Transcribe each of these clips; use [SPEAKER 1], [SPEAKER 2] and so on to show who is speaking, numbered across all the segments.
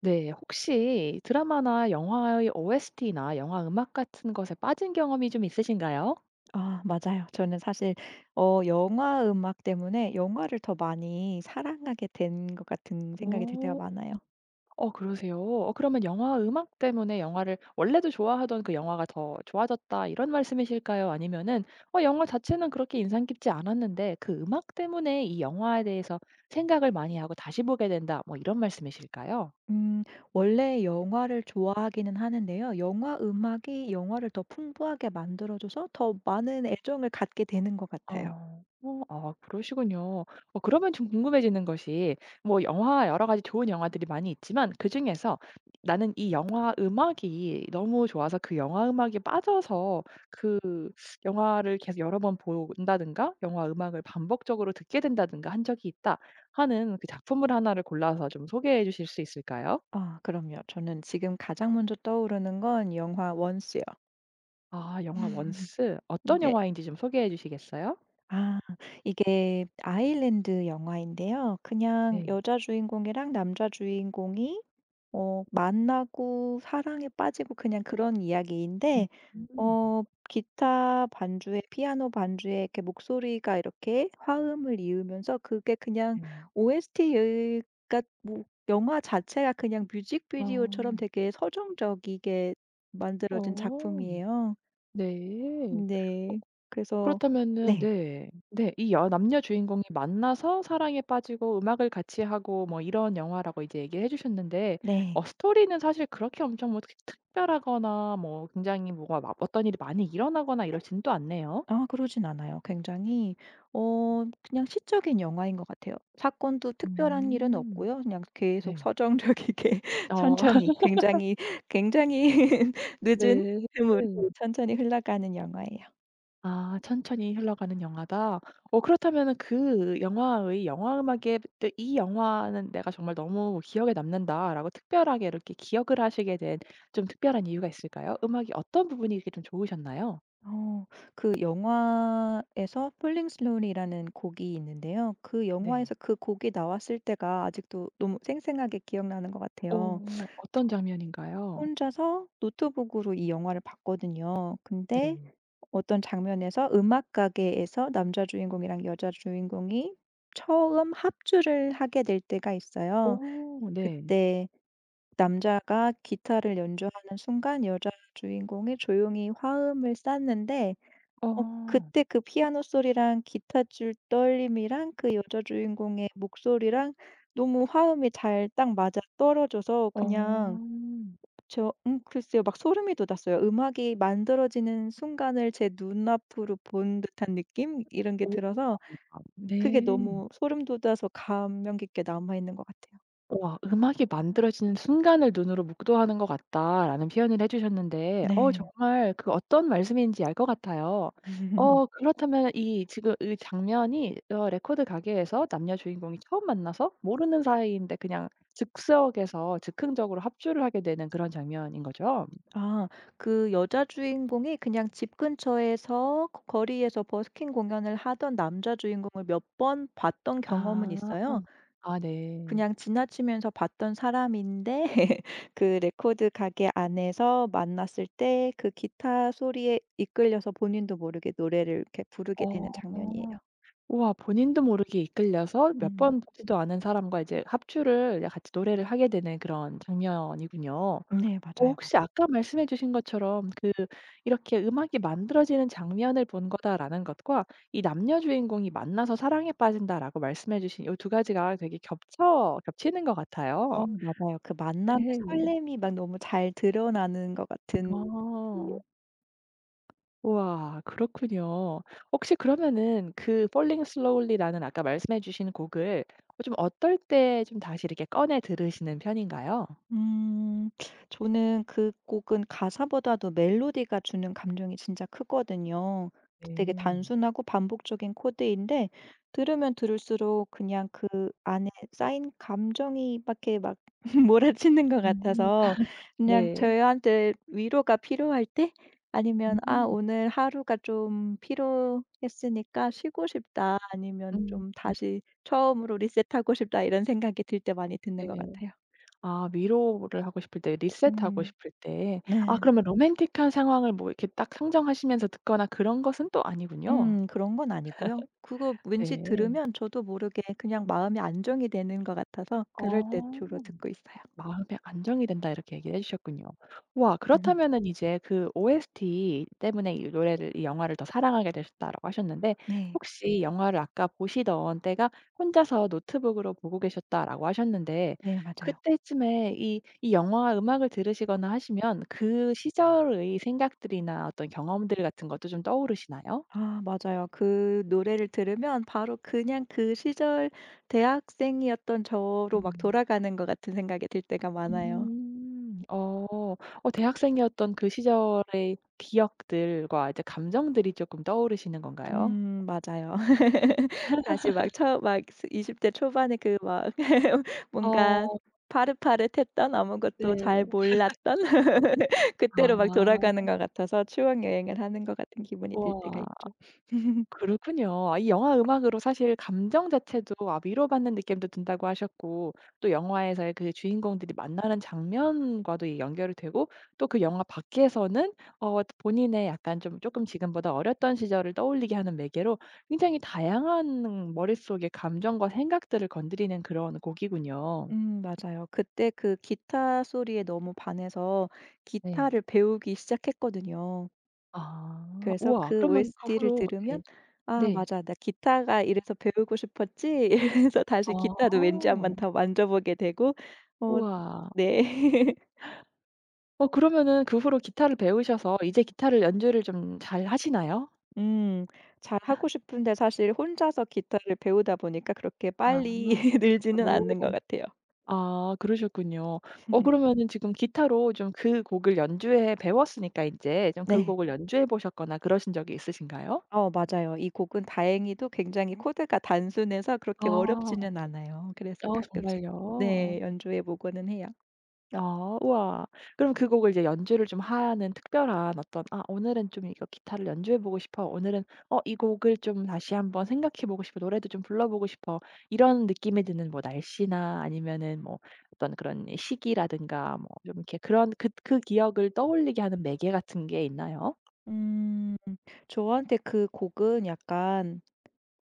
[SPEAKER 1] 네. 혹시 드라마나 영화의 OST나 영화 음악 같은 것에 빠진 경험이 좀 있으신가요?
[SPEAKER 2] 아 맞아요. 저는 사실 영화 음악 때문에 영화를 더 많이 사랑하게 된 것 같은 생각이 들 때가
[SPEAKER 1] 오,
[SPEAKER 2] 많아요.
[SPEAKER 1] 어 그러세요? 어 그러면 영화 음악 때문에 영화를 원래도 좋아하던 그 영화가 더 좋아졌다 이런 말씀이실까요? 아니면은 어 영화 자체는 그렇게 인상 깊지 않았는데 그 음악 때문에 이 영화에 대해서 생각을 많이 하고 다시 보게 된다 뭐 이런 말씀이실까요?
[SPEAKER 2] 음 원래 영화를 좋아하기는 하는데요. 영화 음악이 영화를 더 풍부하게 만들어 줘서 더 많은 애정을 갖게 되는 것 같아요.
[SPEAKER 1] 어. 어 아 그러시군요. 어 그러면 좀 궁금해지는 것이 뭐 영화 여러 가지 좋은 영화들이 많이 있지만 그중에서 나는 이 영화 음악이 너무 좋아서 그 영화 음악에 빠져서 그 영화를 계속 여러 번 본다든가 영화 음악을 반복적으로 듣게 된다든가 한 적이 있다 하는 그 작품을 하나를 골라서 좀 소개해 주실 수 있을까요?
[SPEAKER 2] 아 그럼요. 저는 지금 가장 먼저 떠오르는 건 영화 원스요.
[SPEAKER 1] 아 영화 원스 어떤
[SPEAKER 2] 네.
[SPEAKER 1] 영화인지 좀 소개해 주시겠어요?
[SPEAKER 2] 아 이게 아일랜드 영화인데요. 그냥
[SPEAKER 1] 네.
[SPEAKER 2] 여자 주인공이랑 남자 주인공이 만나고 사랑에 빠지고 그냥 그런 이야기인데
[SPEAKER 1] 음.
[SPEAKER 2] 어 기타 반주에 피아노 반주에 이렇게 목소리가 이렇게 화음을 이으면서 그게 그냥
[SPEAKER 1] 네.
[SPEAKER 2] OST 가 뭐 영화 자체가 그냥 뮤직비디오처럼
[SPEAKER 1] 어.
[SPEAKER 2] 되게 서정적이게 만들어진
[SPEAKER 1] 어.
[SPEAKER 2] 작품이에요.
[SPEAKER 1] 네.
[SPEAKER 2] 네. 그래서
[SPEAKER 1] 그렇다면은
[SPEAKER 2] 네.
[SPEAKER 1] 네. 네. 이 여 남녀 주인공이 만나서 사랑에 빠지고 음악을 같이 하고 뭐 이런 영화라고 이제 얘기를 해 주셨는데
[SPEAKER 2] 네.
[SPEAKER 1] 어 스토리는 사실 그렇게 엄청 뭐 특 특별하거나 뭐 굉장히 뭐가 막 어떤 일이 많이 일어나거나 이러지는 또 않네요.
[SPEAKER 2] 아 그러진 않아요. 굉장히 그냥 시적인 영화인 것 같아요. 사건도 특별한 일은
[SPEAKER 1] 음.
[SPEAKER 2] 없고요. 그냥 계속
[SPEAKER 1] 네.
[SPEAKER 2] 서정적이게
[SPEAKER 1] 어.
[SPEAKER 2] 천천히 굉장히, 굉장히 늦은
[SPEAKER 1] 네.
[SPEAKER 2] 흐으로 천천히 흘러가는 영화예요.
[SPEAKER 1] 아 천천히 흘러가는 영화다. 어 그렇다면은 그 영화의 영화 음악에 또 '이 영화는 내가 정말 너무 기억에 남는다.'라고 특별하게 이렇게 기억을 하시게 된 좀 특별한 이유가 있을까요? 음악이 어떤 부분이 이렇게 좀 좋으셨나요?
[SPEAKER 2] 어 그 영화에서 Fulling Slowly 라는 곡이 있는데요. 그
[SPEAKER 1] 네.
[SPEAKER 2] 영화에서 그 곡이 나왔을 때가 아직도 너무 생생하게 기억나는 것 같아요.
[SPEAKER 1] 어 어떤 장면인가요?
[SPEAKER 2] 혼자서 노트북으로 이 영화를 봤거든요. 근데
[SPEAKER 1] 네.
[SPEAKER 2] 어떤 장면에서 음악 가게에서 남자 주인공이랑 여자 주인공이 처음 합주를 하게 될 때가 있어요.
[SPEAKER 1] 오 네.
[SPEAKER 2] 그때 남자가 기타를 연주하는 순간 여자 주인공이 조용히 화음을 쌌는데
[SPEAKER 1] 어.
[SPEAKER 2] 그때 그 피아노 소리랑 기타줄 떨림이랑 그 여자 주인공의 목소리랑 너무 화음이 잘 딱 맞아떨어져서 그냥
[SPEAKER 1] 어,
[SPEAKER 2] 저 글쎄요. 막 소름이 돋았어요. 음악이 만들어지는 순간을 제 눈앞으로 본 듯한 느낌 이런 게
[SPEAKER 1] 오.
[SPEAKER 2] 들어서 그게
[SPEAKER 1] 네.
[SPEAKER 2] 너무 소름 돋아서 감명 깊게 남아 있는 것 같아요.
[SPEAKER 1] 와 "음악이 만들어지는 순간을 눈으로 목도하는 것 같다."라는 표현을 해 주셨는데 어
[SPEAKER 2] 네.
[SPEAKER 1] 정말 그 어떤 말씀인지 알 것 같아요. 어 그렇다면 이 지금 이 장면이 어 레코드 가게에서 남녀 주인공이 처음 만나서 모르는 사이인데 그냥 즉석에서 즉흥적으로 합주를 하게 되는 그런 장면인 거죠?
[SPEAKER 2] 아 그 여자 주인공이 그냥 집 근처에서 거 거리에서 버스킹 공연을 하던 남자 주인공을 몇 번 봤던 경험은
[SPEAKER 1] 아.
[SPEAKER 2] 있어요.
[SPEAKER 1] 아 네.
[SPEAKER 2] 그냥 지나치면서 봤던 사람인데 그 레코드 가게 안에서 만났을 때 그 기타 소리에 이끌려서 본인도 모르게 노래를 이렇게 부르게 되는
[SPEAKER 1] 어.
[SPEAKER 2] 장면이에요.
[SPEAKER 1] 우와 본인도 모르게 이끌려서 몇
[SPEAKER 2] 음.
[SPEAKER 1] 번 보지도 않은 사람과 이제 합주를 같이 노래를 하게 되는 그런 장면이군요.
[SPEAKER 2] 네
[SPEAKER 1] 어
[SPEAKER 2] 맞아요, 맞아요.
[SPEAKER 1] 혹시 아까 말씀해 주신 것처럼 그 이렇게 '음악이 만들어지는 장면을 본 거다.'라는 것과 이 남녀 주인공이 만나서 사랑에 빠진다라고 말씀해 주신 요 두 가지가 되게 겹쳐 겹치는 것 같아요.
[SPEAKER 2] 어 맞아요. 그 만남의
[SPEAKER 1] 네.
[SPEAKER 2] 설렘이 막 너무 잘 드러나는 것 같은 곡이에요.
[SPEAKER 1] 아. 우와 그렇군요. 혹시 그러면은 그 Falling Slowly라는 아까 말씀해 주신 곡을 어 좀 어떨 때 좀 다시 이렇게 꺼내 들으시는 편인가요?
[SPEAKER 2] 음. 저는 그 곡은 가사보다도 멜로디가 주는 감정이 진짜 크거든요. 되게
[SPEAKER 1] 네.
[SPEAKER 2] 단순하고 반복적인 코드인데 들으면 들을수록 그냥 그 안에 쌓인 감정이 막에막 몰아치는 것
[SPEAKER 1] 음.
[SPEAKER 2] 같아서 그냥
[SPEAKER 1] 네.
[SPEAKER 2] 저희한테 위로가 필요할 때 아니면 '아
[SPEAKER 1] 음.
[SPEAKER 2] 오늘 하루가 좀 피로했으니까 쉬고 싶다.' 아니면
[SPEAKER 1] 음.
[SPEAKER 2] 좀
[SPEAKER 1] 음.
[SPEAKER 2] '다시 처음으로 리셋하고 싶다.' 이런 생각이 들 때 많이 듣는 것
[SPEAKER 1] 네.
[SPEAKER 2] 같아요.
[SPEAKER 1] 아 위로를 하고 싶을 때 리셋하고
[SPEAKER 2] 음.
[SPEAKER 1] 싶을 때. 아 네.
[SPEAKER 2] 네.
[SPEAKER 1] 그러면 로맨틱한 상황을 뭐 이렇게 딱 상정하시면서 듣거나 그런 것은 또 아니군요.
[SPEAKER 2] 그런 건 아니고요. 그거 왠지
[SPEAKER 1] 네.
[SPEAKER 2] 들으면 저도 모르게 그냥 마음이 안정이 되는 것 같아서 그럴 때
[SPEAKER 1] 어.
[SPEAKER 2] 주로 듣고 있어요.
[SPEAKER 1] 마음의 안정이 된다 이렇게 얘기를 해 주셨군요. 와
[SPEAKER 2] 음.
[SPEAKER 1] 그렇다면은 이제 그 OST 때문에 이 노래를 이 영화를 더 사랑하게 되셨다라고 하셨는데
[SPEAKER 2] 네.
[SPEAKER 1] 혹시 영화를 아까 보시던 때가 혼자서 노트북으로 보고 계셨다라고 하셨는데
[SPEAKER 2] 네 맞아요.
[SPEAKER 1] 그때쯤에 이 영화 음악을 들으시거나 하시면 그 시절의 생각들이나 어떤 경험들 같은 것도 좀 떠오르시나요?
[SPEAKER 2] 아 맞아요. 그 노래를 들으면 바로 그냥 그 시절 대학생이었던 저로 막
[SPEAKER 1] 음.
[SPEAKER 2] 돌아가는 것 같은 생각이 들 때가 많아요.
[SPEAKER 1] 음. 어. 어 대학생이었던 그 시절의 기억들과 이제 감정들이 쪼끔 떠오르시는 건가요?
[SPEAKER 2] 맞아요. 다시 막 처음 막 스 20대 초반에 그 막 뭔가
[SPEAKER 1] 어
[SPEAKER 2] 파릇파릇했던 아무것도 잘
[SPEAKER 1] 네.
[SPEAKER 2] 몰랐던 그때로 막 돌아가는
[SPEAKER 1] 아.
[SPEAKER 2] 것 같아서 추억 여행을 하는 것 같은 기분이 들 때가
[SPEAKER 1] 우와.
[SPEAKER 2] 있죠.
[SPEAKER 1] 그렇군요. 아 이 영화 음악으로 사실 감정 자체도 아 위로받는 느낌도 든다고 하셨고 또 영화에서의 그 주인공들이 만나는 장면과도 이 연결이 되고 또 그 영화 밖에서는 어 본인의 약간 좀 조금 지금보다 어렸던 시절을 떠올리게 하는 매개로 굉장히 다양한 머릿속의 감정과 생각들을 건드리는 그런 곡이군요.
[SPEAKER 2] 맞아요. 그때 그 기타 소리에 너무 반해서
[SPEAKER 1] 네.
[SPEAKER 2] 기타를 배우기 시작했거든요.
[SPEAKER 1] 아.
[SPEAKER 2] 그래서
[SPEAKER 1] 우와.
[SPEAKER 2] 그
[SPEAKER 1] 그러면 그
[SPEAKER 2] OST를
[SPEAKER 1] 후로 예.
[SPEAKER 2] 들으면
[SPEAKER 1] 네.
[SPEAKER 2] '아
[SPEAKER 1] 네.
[SPEAKER 2] 맞아. 나 기타가 이래서 배우고 싶었지.' 이래서 다시 기타도
[SPEAKER 1] 아.
[SPEAKER 2] 왠지 한번 더 만져보게 되고 어
[SPEAKER 1] 우와.
[SPEAKER 2] 네.
[SPEAKER 1] 어 그러면은 그 후로 기타를 배우셔서 이제 기타를 연주를 좀 잘 하시나요?
[SPEAKER 2] 음. 잘하고 싶은데 사실 혼자서 기타를 배우다 보니까 그렇게
[SPEAKER 1] 아
[SPEAKER 2] 빨리 늘지는 않는 것
[SPEAKER 1] 독학으로.
[SPEAKER 2] 같아요.
[SPEAKER 1] 아 그러셨군요. 어 그러면은 지금 기타로 좀 그 곡을 연주해 배웠으니까 인제 좀 그
[SPEAKER 2] 네.
[SPEAKER 1] 곡을 연주해 보셨거나 그러신 적이 있으신가요?
[SPEAKER 2] 어 맞아요. 이 곡은 다행히도 굉장히 코드가 단순해서 그렇게
[SPEAKER 1] 아.
[SPEAKER 2] 어렵지는 않아요. 그래서
[SPEAKER 1] 어
[SPEAKER 2] 가끔씩
[SPEAKER 1] 정말요?
[SPEAKER 2] 네 연주해 보고는 해요.
[SPEAKER 1] 아 우와. 그럼 그 곡을 이제 연주를 좀 하는 특별한 어떤 '아 오늘은 좀 이거 기타를 연주해 보고 싶어.' 오늘은 '어 이 곡을 좀 다시 한번 생각해 보고 싶어. 노래도 좀 불러 보고 싶어.' 이런 느낌이 드는 뭐 날씨나 아니면은 뭐 어떤 그런 시기라든가 뭐 좀 이렇게 그런 그 기억을 떠올리게 하는 매개 같은 게 있나요?
[SPEAKER 2] 음. 저한테 그 곡은 약간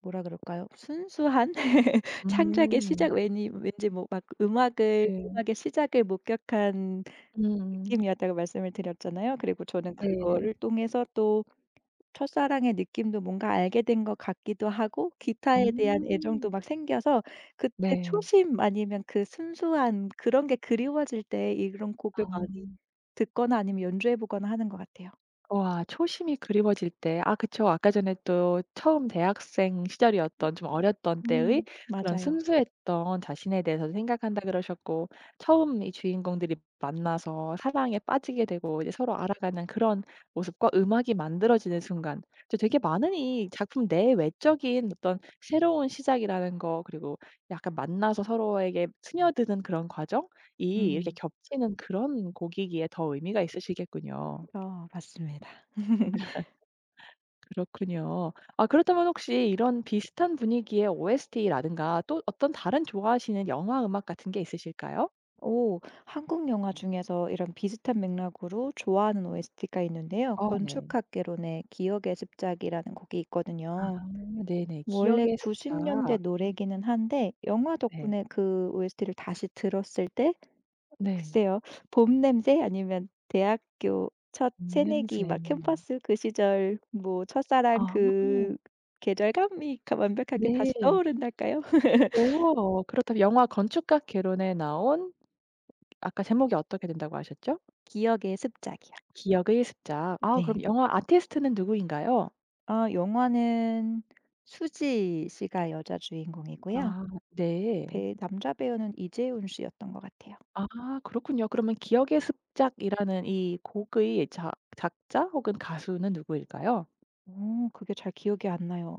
[SPEAKER 2] 뭐라 그럴까요? 순수한 창작의
[SPEAKER 1] 음.
[SPEAKER 2] 시작 왠이 왠지 뭐 막 음악을
[SPEAKER 1] 네.
[SPEAKER 2] 음악의 시작을 목격한
[SPEAKER 1] 음.
[SPEAKER 2] 느낌이었다고 말씀을 드렸잖아요. 그리고 저는
[SPEAKER 1] 네.
[SPEAKER 2] 그거를 통해서 또 첫사랑의 느낌도 뭔가 알게 된 것 같기도 하고 기타에 대한
[SPEAKER 1] 음.
[SPEAKER 2] 애정도 막 생겨서 그때
[SPEAKER 1] 네.
[SPEAKER 2] 초심 아니면 그 순수한 그런 게 그리워질 때 이런 곡을
[SPEAKER 1] 아.
[SPEAKER 2] 많이 듣거나 아니면 연주해 보거나 하는 것 같아요.
[SPEAKER 1] 와 초심이 그리워질 때 아 그쵸. 아까 전에 또 처음 대학생 시절이었던 좀 어렸던 때의 그런
[SPEAKER 2] 맞아요.
[SPEAKER 1] 순수했던 자신에 대해서 생각한다 그러셨고 처음 이 주인공들이 만나서 사랑에 빠지게 되고 이제 서로 알아가는 그런 모습과 음악이 만들어지는 순간 저 되게 많은 이 작품 내 외적인 어떤 새로운 시작이라는 거 그리고 약간 만나서 서로에게 스며드는 그런 과정이 이렇게
[SPEAKER 2] 음.
[SPEAKER 1] 겹치는 그런 곡이기에 더 의미가 있으시겠군요.
[SPEAKER 2] 어 맞습니다.
[SPEAKER 1] 그렇군요. 아 그렇다면 혹시 이런 비슷한 분위기의 OST라든가 또 어떤 다른 좋아하시는 영화 음악 같은 게 있으실까요?
[SPEAKER 2] 오 한국 영화 중에서 이런 비슷한 맥락으로 좋아하는 OST가 있는데요.
[SPEAKER 1] 어 네.
[SPEAKER 2] 건축학개론의 기억의 습작이라는 곡이
[SPEAKER 1] 아
[SPEAKER 2] 있거든요.
[SPEAKER 1] 네네.
[SPEAKER 2] 원래
[SPEAKER 1] 기억의
[SPEAKER 2] 90 년대
[SPEAKER 1] 습작.
[SPEAKER 2] 노래기는 한데 영화
[SPEAKER 1] 네.
[SPEAKER 2] 덕분에 그 OST를 다시 들었을 때
[SPEAKER 1] 네.
[SPEAKER 2] 글쎄요. 봄 냄새 아니면 대학교 첫 새내기
[SPEAKER 1] 입냄새.
[SPEAKER 2] 막 캠퍼스 그 시절 뭐 첫사랑
[SPEAKER 1] 아
[SPEAKER 2] 그 계절감이 가 완벽하게 다시
[SPEAKER 1] 네.
[SPEAKER 2] 떠오른달까요?
[SPEAKER 1] 오 그렇다면 영화 건축가 개론에 나온 아까 제목이 어떻게 된다고 하셨죠?
[SPEAKER 2] 기억의 습작이요.
[SPEAKER 1] 기억의 습작. 아
[SPEAKER 2] 네.
[SPEAKER 1] 그럼 영화 아티스트는 누구인가요?
[SPEAKER 2] 아 영화는 수지 씨가 여자 주인공이고요.
[SPEAKER 1] 아. 네.
[SPEAKER 2] 배 남자 배우는 이재훈 씨였던 것 같아요.
[SPEAKER 1] 아 그렇군요. 그러면 기억의 습작이라는 이 곡의 자 작자 혹은 가수는 누구일까요?
[SPEAKER 2] 오 그게 잘 기억이 안 나요.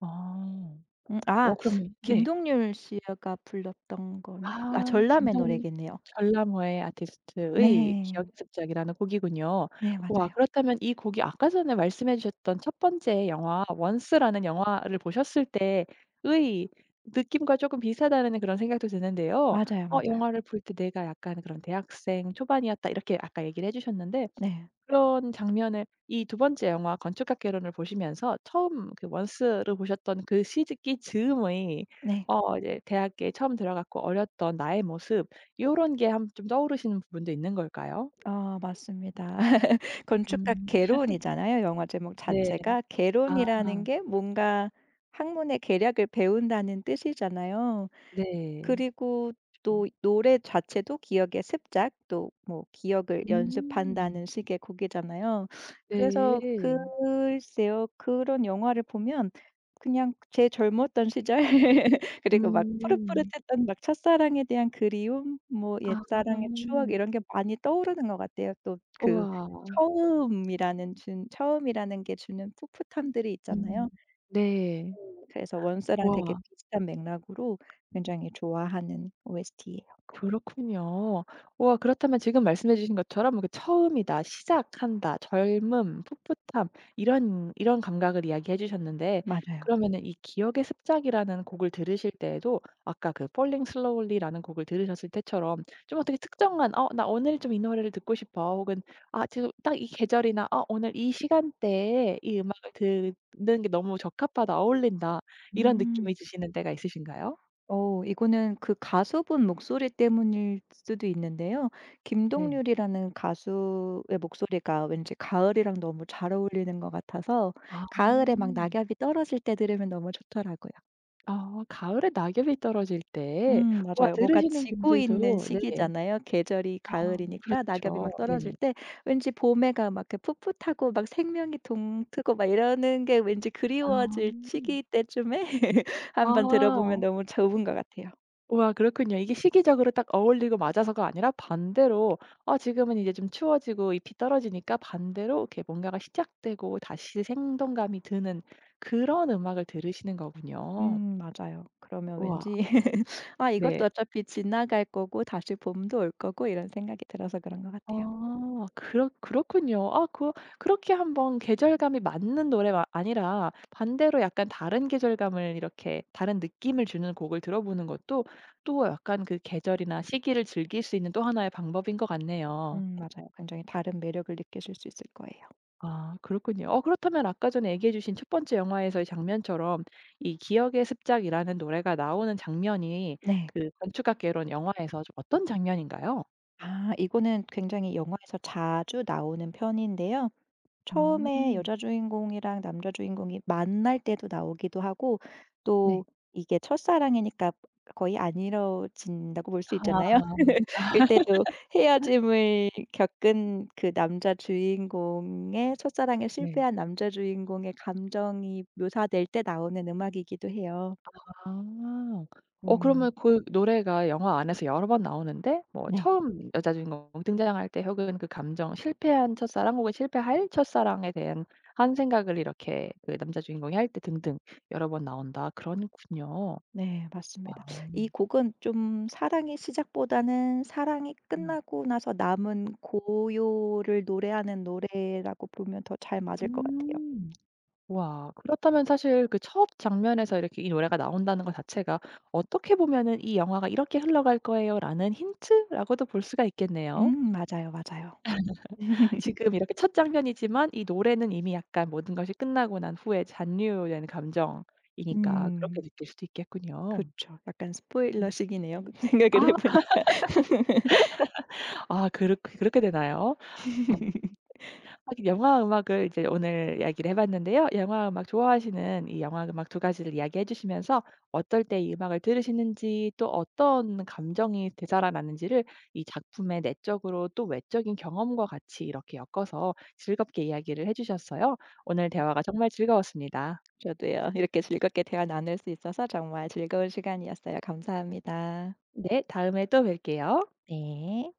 [SPEAKER 1] 아. 어
[SPEAKER 2] 아
[SPEAKER 1] 그럼 네.
[SPEAKER 2] 김동률 씨가 불렀던 거니 아
[SPEAKER 1] 아
[SPEAKER 2] 전람회
[SPEAKER 1] 김동
[SPEAKER 2] 노래겠네요.
[SPEAKER 1] 전람회의 아티스트의
[SPEAKER 2] 네.
[SPEAKER 1] 기억의 습작이라는 곡이군요.
[SPEAKER 2] 네
[SPEAKER 1] 와
[SPEAKER 2] 맞아요.
[SPEAKER 1] 그렇다면 이 곡이 아까 전에 말씀해 주셨던 첫 번째 영화 원스라는 영화를 보셨을 때의 느낌과 조금 비슷하다는 그런 생각도 드는데요.
[SPEAKER 2] 맞아요,
[SPEAKER 1] 어
[SPEAKER 2] 맞아요.
[SPEAKER 1] 영화를 볼 때 내가 약간 그런 대학생 초반이었다 이렇게 아까 얘기를 해 주셨는데
[SPEAKER 2] 네.
[SPEAKER 1] 그런 장면을 이 두 번째 영화 건축학개론을 보시면서 처음 그 원스를 보셨던 그 시기 즈음의
[SPEAKER 2] 네.
[SPEAKER 1] 어 이제 대학에 처음 들어갔고 어렸던 나의 모습 요런 게 한 좀 떠오르시는 부분도 있는 걸까요?
[SPEAKER 2] 어 맞습니다. 건축가
[SPEAKER 1] 음
[SPEAKER 2] 개론이잖아요. 영화 제목
[SPEAKER 1] 네.
[SPEAKER 2] 자체가
[SPEAKER 1] 아
[SPEAKER 2] 개론이라는 게 뭔가 학문의 계략을 배운다는 뜻이잖아요.
[SPEAKER 1] 네.
[SPEAKER 2] 그리고
[SPEAKER 1] 그쵸.
[SPEAKER 2] 또 노래 자체도 기억의 습작 또 뭐 기억을
[SPEAKER 1] 음.
[SPEAKER 2] 연습한다는 식의 곡이잖아요. 그래서
[SPEAKER 1] 네.
[SPEAKER 2] 글쎄요. 그런 영화를 보면 그냥 제 젊었던 시절 그리고 막
[SPEAKER 1] 음.
[SPEAKER 2] 푸릇푸릇했던 막 첫사랑에 대한 그리움 뭐
[SPEAKER 1] 아.
[SPEAKER 2] 옛사랑의 추억 이런 게 많이 떠오르는 것 같아요. 또 그
[SPEAKER 1] 우와.
[SPEAKER 2] 처음이라는 게 주는 풋풋함들이
[SPEAKER 1] 음.
[SPEAKER 2] 있잖아요.
[SPEAKER 1] 네.
[SPEAKER 2] 그래서 원스랑 되게
[SPEAKER 1] 우와.
[SPEAKER 2] 비슷한 맥락으로 굉장히 좋아하는 OST예요.
[SPEAKER 1] 그렇군요. 우와 그렇다면 지금 말씀해 주신 것처럼 뭐 그 처음이다, 시작한다, 젊음, 풋풋함 이런 감각을 이야기해 주셨는데
[SPEAKER 2] 맞아요.
[SPEAKER 1] 그러면은 이 기억의 습작이라는 곡을 들으실 때에도 아까 그 Falling Slowly라는 곡을 들으셨을 때처럼 좀 어떻게 특정한 '어 나 오늘 좀 이 노래를 듣고 싶어.' 혹은 '아 지금 딱 이 계절이나 어 오늘 이 시간대에 이 음악을 듣는 게 너무 적합하다. 어울린다.' 이런 느낌이
[SPEAKER 2] 음.
[SPEAKER 1] 드시는 때가 있으신가요?
[SPEAKER 2] 이거는 그 가수분 목소리 때문일 수도 있는데요.
[SPEAKER 1] 네.
[SPEAKER 2] 김동률이라는 가수의 목소리가 왠지 가을이랑 너무 잘 어울리는 것 같아서
[SPEAKER 1] 아.
[SPEAKER 2] 가을에 막 낙엽이 떨어질 때 들으면 너무 좋더라고요.
[SPEAKER 1] 아 가을에 낙엽이 떨어질 때 와
[SPEAKER 2] 맞아요. 뭔가
[SPEAKER 1] 들으시는
[SPEAKER 2] 지고 있는
[SPEAKER 1] 분들도 네.
[SPEAKER 2] 시기잖아요. 계절이
[SPEAKER 1] 아
[SPEAKER 2] 가을이니까 낙엽이
[SPEAKER 1] 그렇죠.
[SPEAKER 2] 막
[SPEAKER 1] 네네.
[SPEAKER 2] 떨어질 때 왠지 봄에가 막 그 풋풋하고 막 생명이 동트고 막 이러는 게 왠지
[SPEAKER 1] 아.
[SPEAKER 2] 그리워질 시기 때쯤에 한번
[SPEAKER 1] 아.
[SPEAKER 2] 들어보면 너무 좋은 것 같아요.
[SPEAKER 1] 우와 그렇군요. 이게 시기적으로 딱 어울리고 맞아서가 아니라 반대로 어 지금은 이제 좀 추워지고 잎이 떨어지니까 반대로 이렇게 뭔가가 시작되고 다시 생동감이 드는 그런 음악을 들으시는 거군요.
[SPEAKER 2] 맞아요. 그러면
[SPEAKER 1] 우와.
[SPEAKER 2] 왠지 '아
[SPEAKER 1] 네.
[SPEAKER 2] 이것도 어차피 지나갈 거고 다시 봄도 올 거고.' 이런 생각이 들어서 그런 것 같아요.
[SPEAKER 1] 아 그렇군요. 아 그 그렇게 한번 계절감이 맞는 노래가 아니라 반대로 약간 다른 계절감을 이렇게 다른 느낌을 주는 곡을 들어보는 것도 또 약간 그 계절이나 시기를 즐길 수 있는 또 하나의 방법인 것 같네요.
[SPEAKER 2] 맞아요. 굉장히 다른 매력을 느끼실 수 있을 거예요.
[SPEAKER 1] 아 그렇군요. 어 그렇다면 아까 전에 얘기해 주신 첫 번째 영화에서의 장면처럼 이 기억의 습작이라는 노래가 나오는 장면이
[SPEAKER 2] 네.
[SPEAKER 1] 그 건축학개론 영화에서 좀 어떤 장면인가요?
[SPEAKER 2] 아 이거는 굉장히 영화에서 자주 나오는 편인데요. 처음에
[SPEAKER 1] 음.
[SPEAKER 2] 여자 주인공이랑 남자 주인공이 만날 때도 나오기도 하고
[SPEAKER 1] 네.
[SPEAKER 2] 또 이게 첫사랑이니까 거의 안 이뤄진다고 볼 수
[SPEAKER 1] 아.
[SPEAKER 2] 있잖아요. 그때도 헤어짐을 겪은 그 남자 주인공의 첫사랑에
[SPEAKER 1] 네.
[SPEAKER 2] 실패한 남자 주인공의 감정이 묘사될 때 나오는 음악이기도 해요.
[SPEAKER 1] 아. 어 그러면
[SPEAKER 2] 음.
[SPEAKER 1] 그 노래가 영화 안에서 여러 번 나오는데 뭐
[SPEAKER 2] 네.
[SPEAKER 1] 처음 여자 주인공 등장할 때 혹은 그 감정 실패한 첫사랑 혹은 실패할 첫사랑에 대한 한 생각을 이렇게 그 남자 주인공이 할 때 등등 여러 번 나온다. 그렇군요.
[SPEAKER 2] 네
[SPEAKER 1] 아.
[SPEAKER 2] 맞습니다. 이 곡은 좀 사랑의 시작보다는 사랑이
[SPEAKER 1] 음.
[SPEAKER 2] 끝나고 나서 남은 고요를 노래하는 노래라고 보면 더 잘 맞을 것 같아요.
[SPEAKER 1] 음. 와 그렇다면 사실 그 첫 장면에서 이렇게 이 노래가 나온다는 것 자체가 어떻게 보면은 '이 영화가 이렇게 흘러갈 거예요.'라는 힌트라고도 볼 수가 있겠네요.
[SPEAKER 2] 맞아요, 맞아요.
[SPEAKER 1] 지금 이렇게 첫 장면이지만 이 노래는 이미 약간 모든 것이 끝나고 난 후에 잔류된 감정이니까 그렇게
[SPEAKER 2] 음
[SPEAKER 1] 느낄 수도 있겠군요.
[SPEAKER 2] 그쵸. 약간
[SPEAKER 1] 음.
[SPEAKER 2] 스포일러식이네요. 생각을 해
[SPEAKER 1] 아
[SPEAKER 2] 보니까.
[SPEAKER 1] 아 그렇게 되나요? 어 하긴 영화 음악을 이제 오늘 이야기를 해 봤는데요. 영화 음악 좋아하시는 이 영화 음악 두 가지를 이야기해 주시면서 어떨 때 이 음악을 들으시는지 또 어떤 감정이 되살아나는지를 이 작품의 내적으로 또 외적인 경험과 같이 이렇게 엮어서 즐겁게 이야기를 해 주셨어요. 오늘
[SPEAKER 2] 음
[SPEAKER 1] 대화가 정말 즐거웠습니다.
[SPEAKER 2] 저도요. 이렇게 즐겁게 대화 나눌 수 있어서 정말 즐거운 시간이었어요. 감사합니다.
[SPEAKER 1] 네, 다음에 또 뵐게요.
[SPEAKER 2] 네.